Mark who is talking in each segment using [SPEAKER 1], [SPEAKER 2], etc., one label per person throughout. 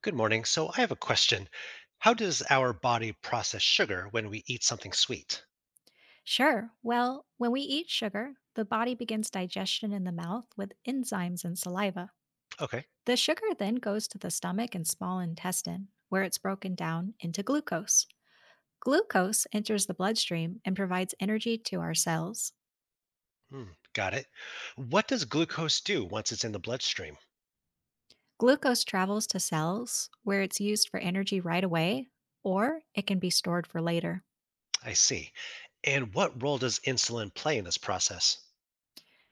[SPEAKER 1] Good morning. So I have a question. How does our body process sugar when we eat something sweet?
[SPEAKER 2] Sure. Well, when we eat sugar, the body begins digestion in the mouth with enzymes and saliva.
[SPEAKER 1] Okay.
[SPEAKER 2] The sugar then goes to the stomach and small intestine, where it's broken down into glucose. Glucose enters the bloodstream and provides energy to our cells.
[SPEAKER 1] Hmm, got it. What does glucose do once it's in the bloodstream?
[SPEAKER 2] Glucose travels to cells, where it's used for energy right away, or it can be stored for later.
[SPEAKER 1] I see. And what role does insulin play in this process?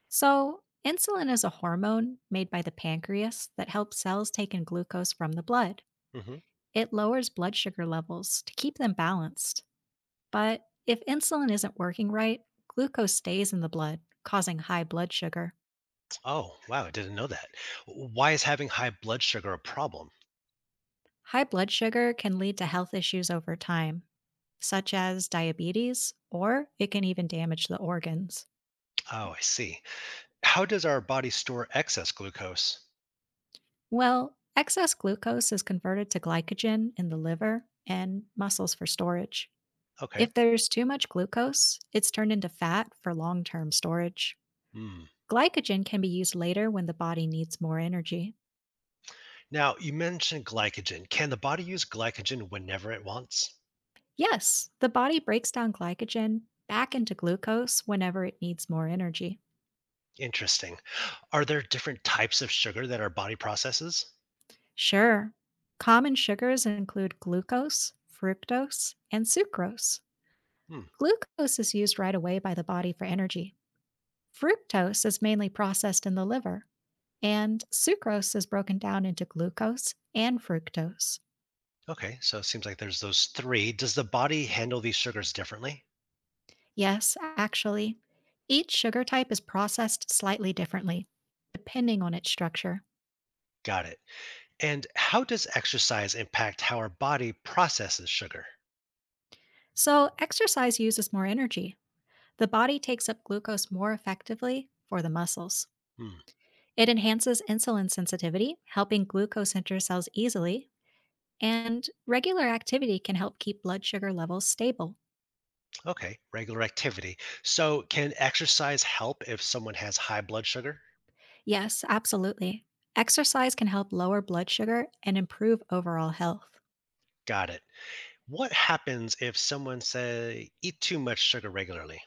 [SPEAKER 2] So, insulin is a hormone made by the pancreas that helps cells take in glucose from the blood.
[SPEAKER 1] Hmm.
[SPEAKER 2] It lowers blood sugar levels to keep them balanced. But if insulin isn't working right, glucose stays in the blood, causing high blood sugar.
[SPEAKER 1] Oh, wow, I didn't know that. Why is having high blood sugar a problem?
[SPEAKER 2] High blood sugar can lead to health issues over time, such as diabetes, or it can even damage the organs.
[SPEAKER 1] Oh, I see. How does our body store excess glucose?
[SPEAKER 2] Well, excess glucose is converted to glycogen in the liver and muscles for storage.
[SPEAKER 1] Okay.
[SPEAKER 2] If there's too much glucose, it's turned into fat for long term storage.
[SPEAKER 1] Hmm.
[SPEAKER 2] Glycogen can be used later when the body needs more energy.
[SPEAKER 1] Now, you mentioned glycogen. Can the body use glycogen whenever it wants?
[SPEAKER 2] Yes, the body breaks down glycogen back into glucose whenever it needs more energy.
[SPEAKER 1] Interesting. Are there different types of sugar that our body processes?
[SPEAKER 2] Sure, common sugars include glucose, fructose, and sucrose.
[SPEAKER 1] Hmm.
[SPEAKER 2] Glucose is used right away by the body for energy. Fructose is mainly processed in the liver, and sucrose is broken down into glucose and fructose.
[SPEAKER 1] Okay. So it seems like there's those three. Does the body handle these sugars differently?
[SPEAKER 2] Yes, actually, each sugar type is processed slightly differently, depending on its structure.
[SPEAKER 1] Got it. And how does exercise impact how our body processes sugar?
[SPEAKER 2] So, exercise uses more energy. The body takes up glucose more effectively for the muscles.
[SPEAKER 1] Hmm.
[SPEAKER 2] It enhances insulin sensitivity, helping glucose enter cells easily, and regular activity can help keep blood sugar levels stable.
[SPEAKER 1] Okay. Regular activity. So can exercise help if someone has high blood sugar?
[SPEAKER 2] Yes, absolutely. Exercise can help lower blood sugar and improve overall health.
[SPEAKER 1] Got it. What happens if someone say eat too much sugar regularly?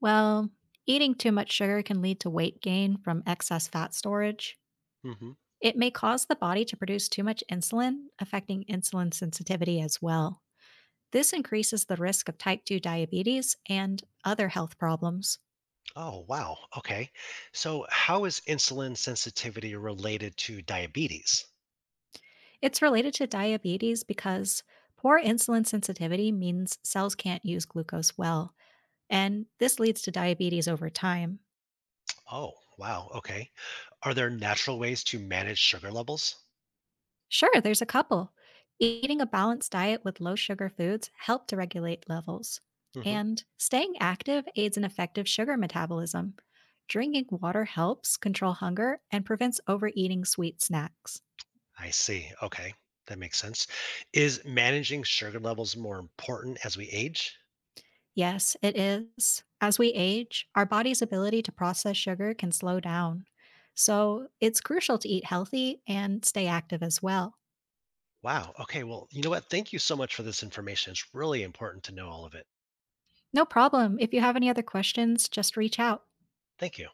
[SPEAKER 2] Well, eating too much sugar can lead to weight gain from excess fat storage.
[SPEAKER 1] Mhm.
[SPEAKER 2] It may cause the body to produce too much insulin, affecting insulin sensitivity as well. This increases the risk of type 2 diabetes and other health problems.
[SPEAKER 1] Oh, wow. Okay. So how is insulin sensitivity related to diabetes?
[SPEAKER 2] It's related to diabetes because poor insulin sensitivity means cells can't use glucose well, and this leads to diabetes over time.
[SPEAKER 1] Oh, wow. Okay. Are there natural ways to manage sugar levels?
[SPEAKER 2] Sure, there's a couple. Eating a balanced diet with low sugar foods help to regulate levels.
[SPEAKER 1] Hmm.
[SPEAKER 2] And staying active aids in effective sugar metabolism. Drinking water helps control hunger and prevents overeating sweet snacks.
[SPEAKER 1] I see. Okay. That makes sense. Is managing sugar levels more important as we age?
[SPEAKER 2] Yes, it is. As we age, our body's ability to process sugar can slow down. So it's crucial to eat healthy and stay active as well.
[SPEAKER 1] Wow. Okay. Well, you know what? Thank you so much for this information. It's really important to know all of it.
[SPEAKER 2] No problem. If you have any other questions, just reach out.
[SPEAKER 1] Thank you.